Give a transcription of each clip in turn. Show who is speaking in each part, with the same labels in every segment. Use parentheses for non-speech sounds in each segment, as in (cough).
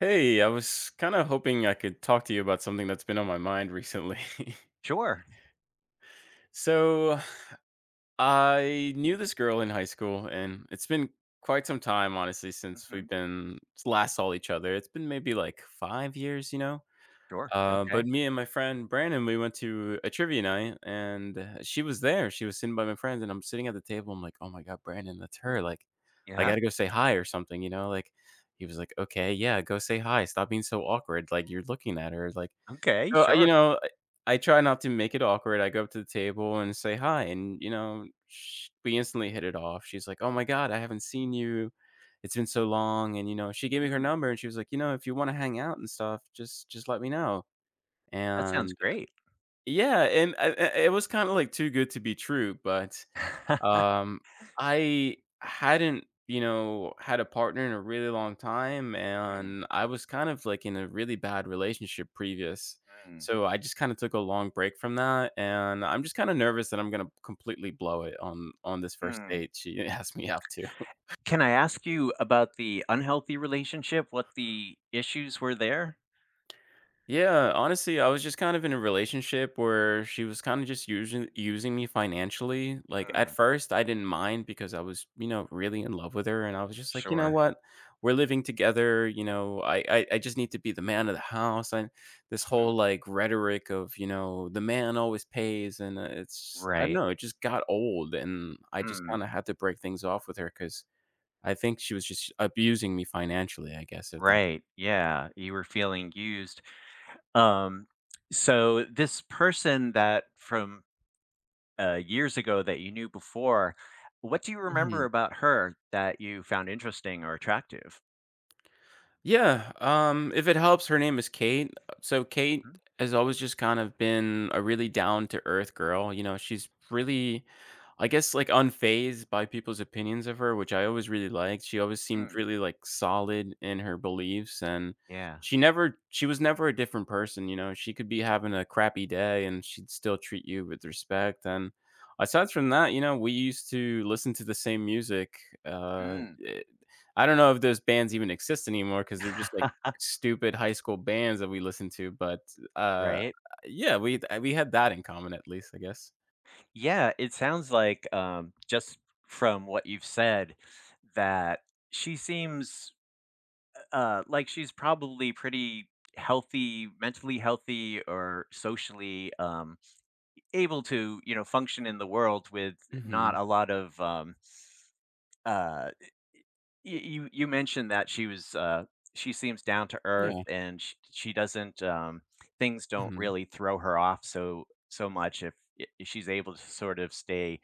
Speaker 1: Hey, I was kind of hoping I could talk to you about something that's been on my mind recently. (laughs)
Speaker 2: Sure.
Speaker 1: so, I knew this girl in high school, and it's been quite some time, honestly, since we've
Speaker 2: Mhm.
Speaker 1: been last saw each other. It's been maybe like 5 years, you know?
Speaker 2: Sure. Yeah, okay.
Speaker 1: But me and my friend Brandon, we went to a trivia night, and she was there. She was sitting by my friends, and I'm sitting at the table. I'm like, oh my God, Brandon, that's her. Like, I
Speaker 2: Yeah.
Speaker 1: got to go say hi or something, you know? Like, he was like, okay, yeah, go say hi. Stop being so awkward. Like, you're looking at her. Like,
Speaker 2: Okay,
Speaker 1: So, uh, you
Speaker 2: sure.
Speaker 1: know, I I try not to make it awkward. I go up to the table and say hi, and, you know, sh we instantly hit it off. She's like, "Oh my God, I haven't seen you. It's been so long," and, you know, she gave me her
Speaker 2: Mm.
Speaker 1: number, and she was like, "You know, if you wanna hang out and stuff, just let me know."
Speaker 2: That sounds
Speaker 1: And
Speaker 2: great.
Speaker 1: yeah, and, I it was kinda, like, too good to be true, but
Speaker 2: (laughs)
Speaker 1: um, I hadn't, you know, had a partner in a really long time,
Speaker 2: Mm,
Speaker 1: and I was kind of like in a really bad relationship previous.
Speaker 2: mm,
Speaker 1: So I just kind of took a long break from that, and I'm just kind of nervous that I'm gonna completely blow it on this first
Speaker 2: mm.
Speaker 1: date. She (laughs) asked me out to.
Speaker 2: Can I ask you about the unhealthy relationship? What the issues were there?
Speaker 1: Yeah, honestly, I was just kind of in a relationship where she was kind of just using me financially. Like at
Speaker 2: Mm.
Speaker 1: first I didn't mind because I was, you know, really in love with her and I was just like, you know
Speaker 2: Sure.
Speaker 1: what? We're living together, you know, I just need to be the man of the house. And this
Speaker 2: Mhm.
Speaker 1: whole like rhetoric of, you know, the man always pays and it's I don't
Speaker 2: Right.
Speaker 1: know, it just got old and I just
Speaker 2: Mm.
Speaker 1: kind of had to break things off with her cuz I think she was just abusing me financially, I guess if
Speaker 2: Right. Yeah, you were feeling used. Um, so this person that from, years ago that you knew before, what do you remember
Speaker 1: that.
Speaker 2: about her that you found interesting or attractive?
Speaker 1: Yeah, if it helps, her name is Kate. So Kate has always just kind of been a really down to earth girl. You know, she's really, I guess, like unfazed by people's opinions of her, which I always really liked. She always seemed
Speaker 2: Mhm.
Speaker 1: really like solid in her beliefs, and
Speaker 2: Yeah.
Speaker 1: she was never a different person. You know, she could be having a crappy day, and she'd still treat you with respect. And aside from that, you know, we used to listen to the same music. Uh,
Speaker 2: Mm.
Speaker 1: eh, I don't know if those bands even exist anymore because 'cause they're just, like,
Speaker 2: (laughs)
Speaker 1: stupid high school bands that we listened to, but, uh,
Speaker 2: Right?
Speaker 1: yeah, we had that in common at least, I guess.
Speaker 2: Yeah, it sounds like, just from what you've said, that she seems, like she's probably pretty healthy mentally healthy or socially, able to, function in the world with not
Speaker 1: Mhm.
Speaker 2: a lot of. Uh Y you you mentioned that she was. She seems down to earth
Speaker 1: Yeah.
Speaker 2: and she doesn't. Things don't
Speaker 1: Mhm.
Speaker 2: really throw her off so much if I if she's able to sort of stay,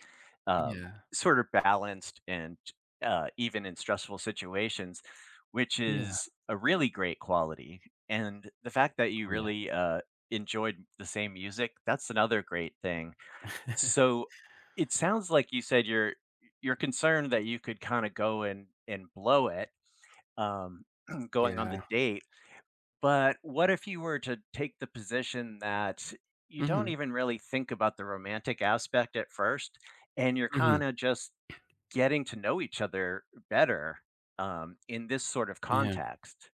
Speaker 2: um,
Speaker 1: Yeah.
Speaker 2: sort of balanced and, even in stressful situations, which
Speaker 1: Yeah.
Speaker 2: is a really great quality, and the fact that you
Speaker 1: Oh, yeah.
Speaker 2: really, enjoyed the same music, that's another great thing. So it sounds like you said you're concerned that you could kind of go and blow it um (clears throat) going on the
Speaker 1: Yeah.
Speaker 2: date, but what if you were to take the position that you don't
Speaker 1: Mhm.
Speaker 2: even really think about the romantic aspect at first and you're
Speaker 1: Mhm.
Speaker 2: kind of just getting to know each other better in this sort of
Speaker 1: Yeah.
Speaker 2: context?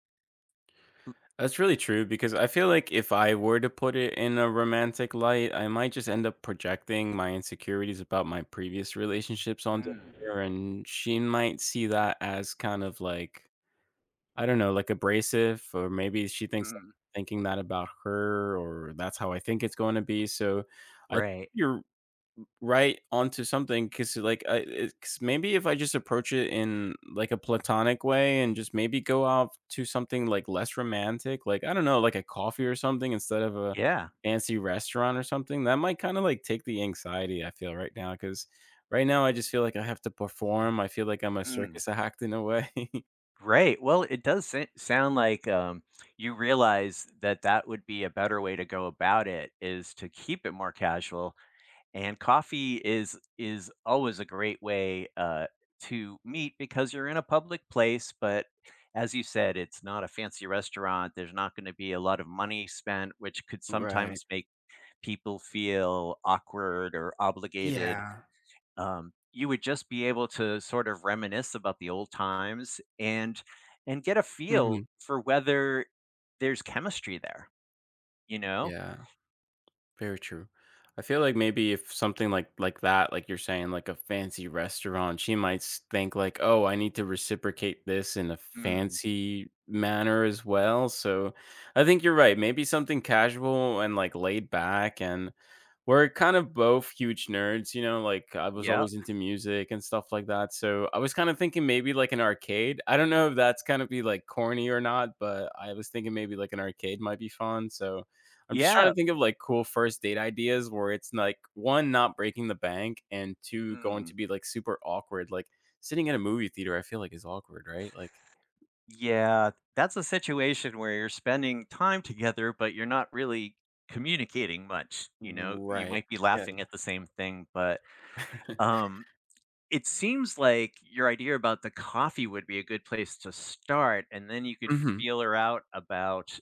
Speaker 1: That's really true because I feel like if I were to put it in a romantic light, I might just end up projecting my insecurities about my previous relationships onto
Speaker 2: Mm,
Speaker 1: her, and she might see that as kind of like I don't know, like, abrasive or maybe she thinks I'm
Speaker 2: mm,
Speaker 1: thinking that about her or that's how I think it's gonna be, so I think
Speaker 2: right.
Speaker 1: you're right onto something because, like, I it's maybe if I just approach it in, like, a platonic way and just maybe go off to something, like, less romantic, like, I don't know, like a coffee or something instead of a
Speaker 2: Yeah.
Speaker 1: fancy restaurant or something, that might kinda, like, take the anxiety I feel right now. Because right now I just feel like I have to perform, I feel like I'm a
Speaker 2: Mm.
Speaker 1: circus (laughs) act in a way. (laughs)
Speaker 2: Right. Well, it does sound like you realize that that would be a better way to go about it is to keep it more casual. And coffee is always a great way to meet because you're in a public place. But as you said, it's not a fancy restaurant. There's not going to be a lot of money spent, which could
Speaker 1: Right.
Speaker 2: sometimes make people feel awkward or obligated.
Speaker 1: Yeah.
Speaker 2: You would just be able to sort of reminisce about the old times and get a feel
Speaker 1: Mhm.
Speaker 2: for whether there's chemistry there, you know?
Speaker 1: Yeah, very true. I feel like maybe if something like that, like you're saying, like a fancy restaurant, she might think like, "Oh, I need to reciprocate this in a
Speaker 2: Mm,
Speaker 1: fancy manner as well." So, I think you're right. Maybe something casual and like laid back, and we're kind of both huge nerds, you know, like, I was
Speaker 2: yeah.
Speaker 1: always into music and stuff like that, so I was kind of thinking maybe like an arcade. I don't know if that's kind of be, like, corny or not, but I was thinking maybe, like, an arcade might be fun, so I'm just trying
Speaker 2: Yeah.
Speaker 1: to think of, like, cool first date ideas where it's, like, 1, not breaking the bank, and 2, going
Speaker 2: Mm,
Speaker 1: to be, like, super awkward, like, sitting in a movie theater, I feel like is awkward, right? Like
Speaker 2: yeah. That's a situation where you're spending time together, but you're not really communicating much, you know? You
Speaker 1: right,
Speaker 2: might be
Speaker 1: yeah.
Speaker 2: laughing at the same thing, but
Speaker 1: (laughs)
Speaker 2: um it seems like your idea about the coffee would be a good place to start, and then you could
Speaker 1: Mhm,
Speaker 2: feel her out about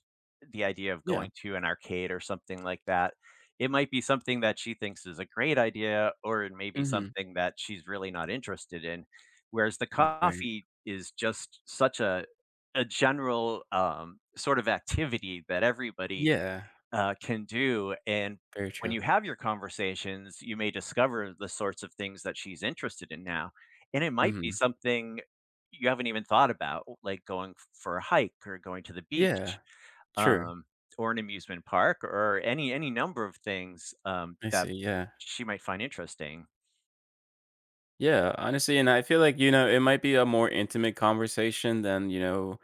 Speaker 2: the idea of
Speaker 1: yeah,
Speaker 2: going to an arcade or something like that. It might be something that she thinks is a great idea, or it may be
Speaker 1: mhm,
Speaker 2: something that she's really not interested in. Whereas the
Speaker 1: right.
Speaker 2: coffee is just such a general sort of activity that everybody
Speaker 1: Yeah,
Speaker 2: can do. And
Speaker 1: very
Speaker 2: when
Speaker 1: true.
Speaker 2: you have your conversations, you may discover the sorts of things that she's interested in now. And it might be
Speaker 1: Mhm,
Speaker 2: something you haven't even thought about, like going for a hike or going to the beach
Speaker 1: yeah. True.
Speaker 2: um, or an amusement park or any number of things
Speaker 1: I
Speaker 2: that
Speaker 1: see, yeah.
Speaker 2: she might find interesting.
Speaker 1: Yeah, honestly, and I feel like, you know, it might be a more intimate conversation than, you know,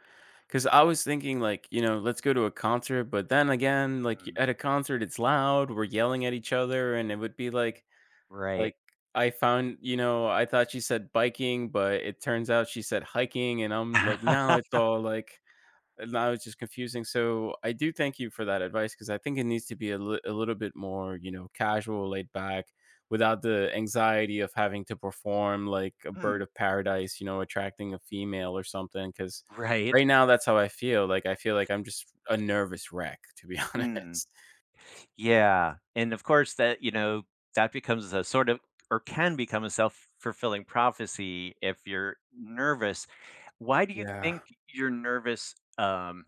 Speaker 1: because I was thinking, like, you know, let's go to a concert, but then again, like,
Speaker 2: Mm,
Speaker 1: at a concert, it's loud, we're yelling at each other, and it would be
Speaker 2: right.
Speaker 1: like, I found you know, I thought she said biking, but it turns out she said hiking, and I'm like, now it's
Speaker 2: (laughs)
Speaker 1: all like and now it's just confusing. So I do thank you for that advice because I think it needs to be a little bit more, you know, casual, laid back, without the anxiety of having to perform like a bird
Speaker 2: Hmm,
Speaker 1: of paradise, you know, attracting a female or something. Because
Speaker 2: right.
Speaker 1: right now, that's how I feel. Like I feel like I'm just a nervous wreck, to be (laughs)
Speaker 2: Mm.
Speaker 1: honest.
Speaker 2: Yeah, and of course that, that becomes a sort of or can become a self-fulfilling prophecy if you're nervous. Why do you
Speaker 1: Yeah.
Speaker 2: think you're nervous?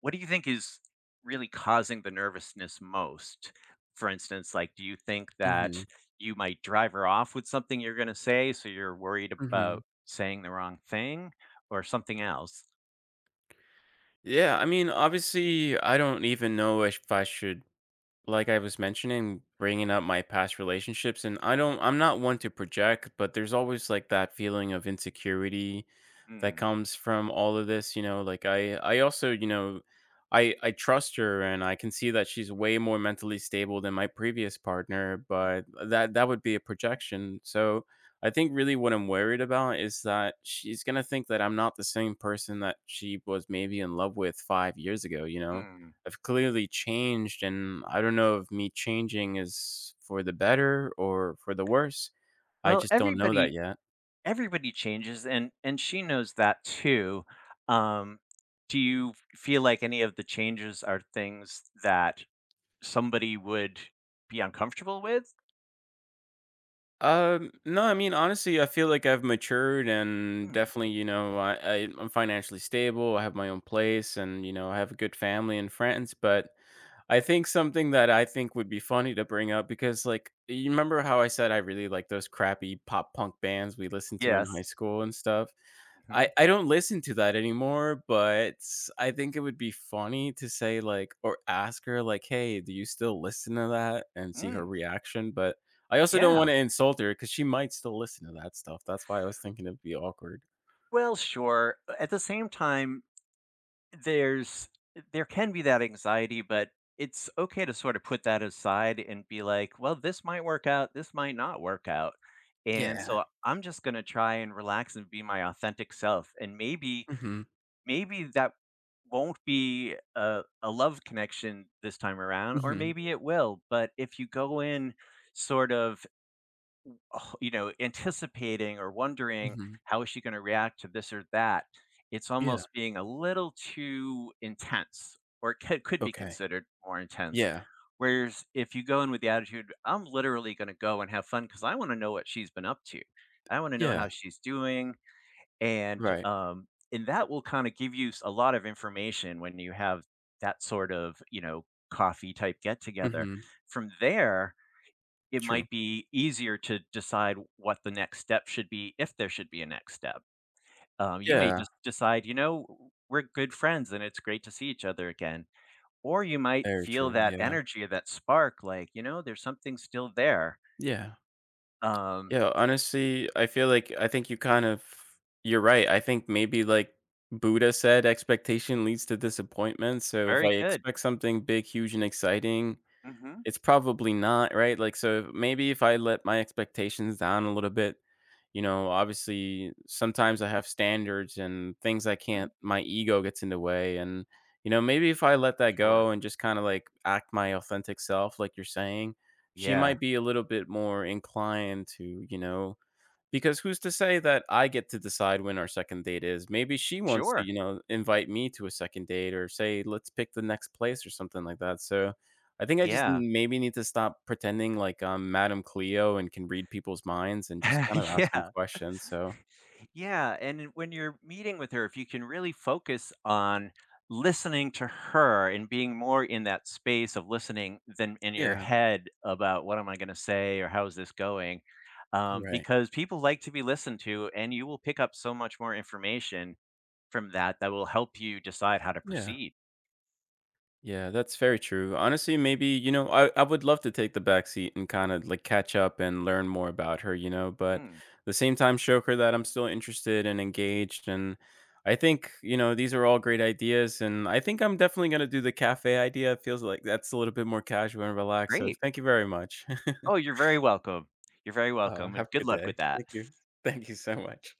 Speaker 2: What do you think is really causing the nervousness most? For instance, like, do you think that
Speaker 1: Hmm.
Speaker 2: you might drive her off with something you're gonna say, so you're worried
Speaker 1: Hmm.
Speaker 2: about saying the wrong thing, or something else?
Speaker 1: Yeah. I mean, obviously, I don't even know if I should like I was mentioning, bringing up my past relationships, and I'm not one to project, but there's always like that feeling of insecurity that
Speaker 2: Mm,
Speaker 1: comes from all of this. You know, like I, also, you know, I trust her, and I can see that she's way more mentally stable than my previous partner, but that would be a projection. So I think really what I'm worried about is that she's gonna think that I'm not the same person that she was maybe in love with 5 years ago. You know
Speaker 2: mm.
Speaker 1: I've clearly changed, and I don't know if me changing is for the better or for the worse. I
Speaker 2: Well,
Speaker 1: just don't know that
Speaker 2: everybody
Speaker 1: yet.
Speaker 2: Everybody changes, and she knows that too. Um, do you feel like any of the changes are things that somebody would be uncomfortable with?
Speaker 1: No, I mean, honestly, I feel like I've matured and
Speaker 2: Mm,
Speaker 1: definitely, you know, I'm financially stable. I have my own place, and you know, I have a good family and friends. But I think something that I think would be funny to bring up because, like, you remember how I said I really like those crappy pop punk bands we listened to in
Speaker 2: yes.
Speaker 1: high school and stuff.
Speaker 2: Mhm.
Speaker 1: I don't listen to that anymore, but I think it would be funny to say like or ask her like, "Hey, do you still listen to that?" and see her
Speaker 2: Mm,
Speaker 1: reaction. But I also don't
Speaker 2: yeah.
Speaker 1: wanna insult her because she might still listen to that stuff. That's why I was thinking it'd be awkward.
Speaker 2: Well, sure. At the same time, there's there can be that anxiety, but it's okay to sort of put that aside and be like, well, this might work out, this might not work out. And
Speaker 1: Yeah.
Speaker 2: so I'm just going to try and relax and be my authentic self. And maybe
Speaker 1: Mhm.
Speaker 2: that won't be a love connection this time around, or
Speaker 1: Mhm.
Speaker 2: maybe it will. But if you go in sort of, oh, anticipating or wondering
Speaker 1: Mhm.
Speaker 2: how is she going to react to this or that, it's
Speaker 1: Yeah.
Speaker 2: almost being a little too intense, or could be
Speaker 1: Okay.
Speaker 2: considered more intense.
Speaker 1: Yeah.
Speaker 2: Whereas if you go in with the attitude, I'm literally going to go and have fun because I want to know what she's been up to. I want to know
Speaker 1: Yeah.
Speaker 2: how she's doing. And,
Speaker 1: Right.
Speaker 2: um, and that will kinda give you s a lot of information when you have that sort of, coffee type get together.
Speaker 1: Mhm.
Speaker 2: From there, it
Speaker 1: True.
Speaker 2: might be easier to decide what the next step should be, if there should be a next step. You may
Speaker 1: Yeah.
Speaker 2: just decide, we're good friends and it's great to see each other again." Or you might
Speaker 1: Very
Speaker 2: feel
Speaker 1: true.
Speaker 2: that
Speaker 1: Yeah.
Speaker 2: energy, that spark, like, there's something still there.
Speaker 1: Yeah.
Speaker 2: Um,
Speaker 1: Yeah, honestly, I feel like I think you kind of you're right. I think maybe, like, Buddha said, "Expectation leads to disappointment." So if
Speaker 2: Very
Speaker 1: I
Speaker 2: good.
Speaker 1: expect something big, huge, and exciting,
Speaker 2: Mhm,
Speaker 1: it's probably not, right? Like, so maybe if I let my expectations down a little bit you know, obviously sometimes I have standards and things I
Speaker 2: mhm.
Speaker 1: can't my ego gets in the way and you know, maybe if I let that
Speaker 2: Sure.
Speaker 1: go and just kind of like act my authentic self like you're saying, she
Speaker 2: Yeah.
Speaker 1: might be a little bit more inclined to, you know, because who's to say that I get to decide when our second date is? Maybe she wants to,
Speaker 2: Sure.
Speaker 1: you know, invite me to a second date or say, "Let's pick the next place," or something like that. So, I think I just
Speaker 2: Yeah.
Speaker 1: maybe need to stop pretending like I'm Madame Cleo and can read people's minds and just kind of
Speaker 2: (laughs)
Speaker 1: ask them
Speaker 2: Yeah.
Speaker 1: questions. So
Speaker 2: Yeah, and when you're meeting with her, if you can really focus on listening to her and being more in that space of listening than in your
Speaker 1: yeah,
Speaker 2: head about what am I gonna say or how is this going,
Speaker 1: right.
Speaker 2: because people like to be listened to, and you will pick up so much more information from that that will help you decide how to
Speaker 1: Yeah.
Speaker 2: proceed.
Speaker 1: Yeah, that's very true. Honestly, maybe, you know, I would love to take the back seat and kind of like catch up and learn more about her, you know, but at
Speaker 2: Mm,
Speaker 1: the same time, show her that I'm still interested and engaged. And I think, you know, these are all great ideas. And I think I'm definitely going to do the cafe idea. It feels like that's a little bit more casual and relaxed. So
Speaker 2: great.
Speaker 1: thank you very much.
Speaker 2: Oh,
Speaker 1: (laughs)
Speaker 2: you're very welcome. You're very welcome,
Speaker 1: Have
Speaker 2: and good
Speaker 1: a good
Speaker 2: luck
Speaker 1: day.
Speaker 2: with that.
Speaker 1: Thank you. Thank you so much.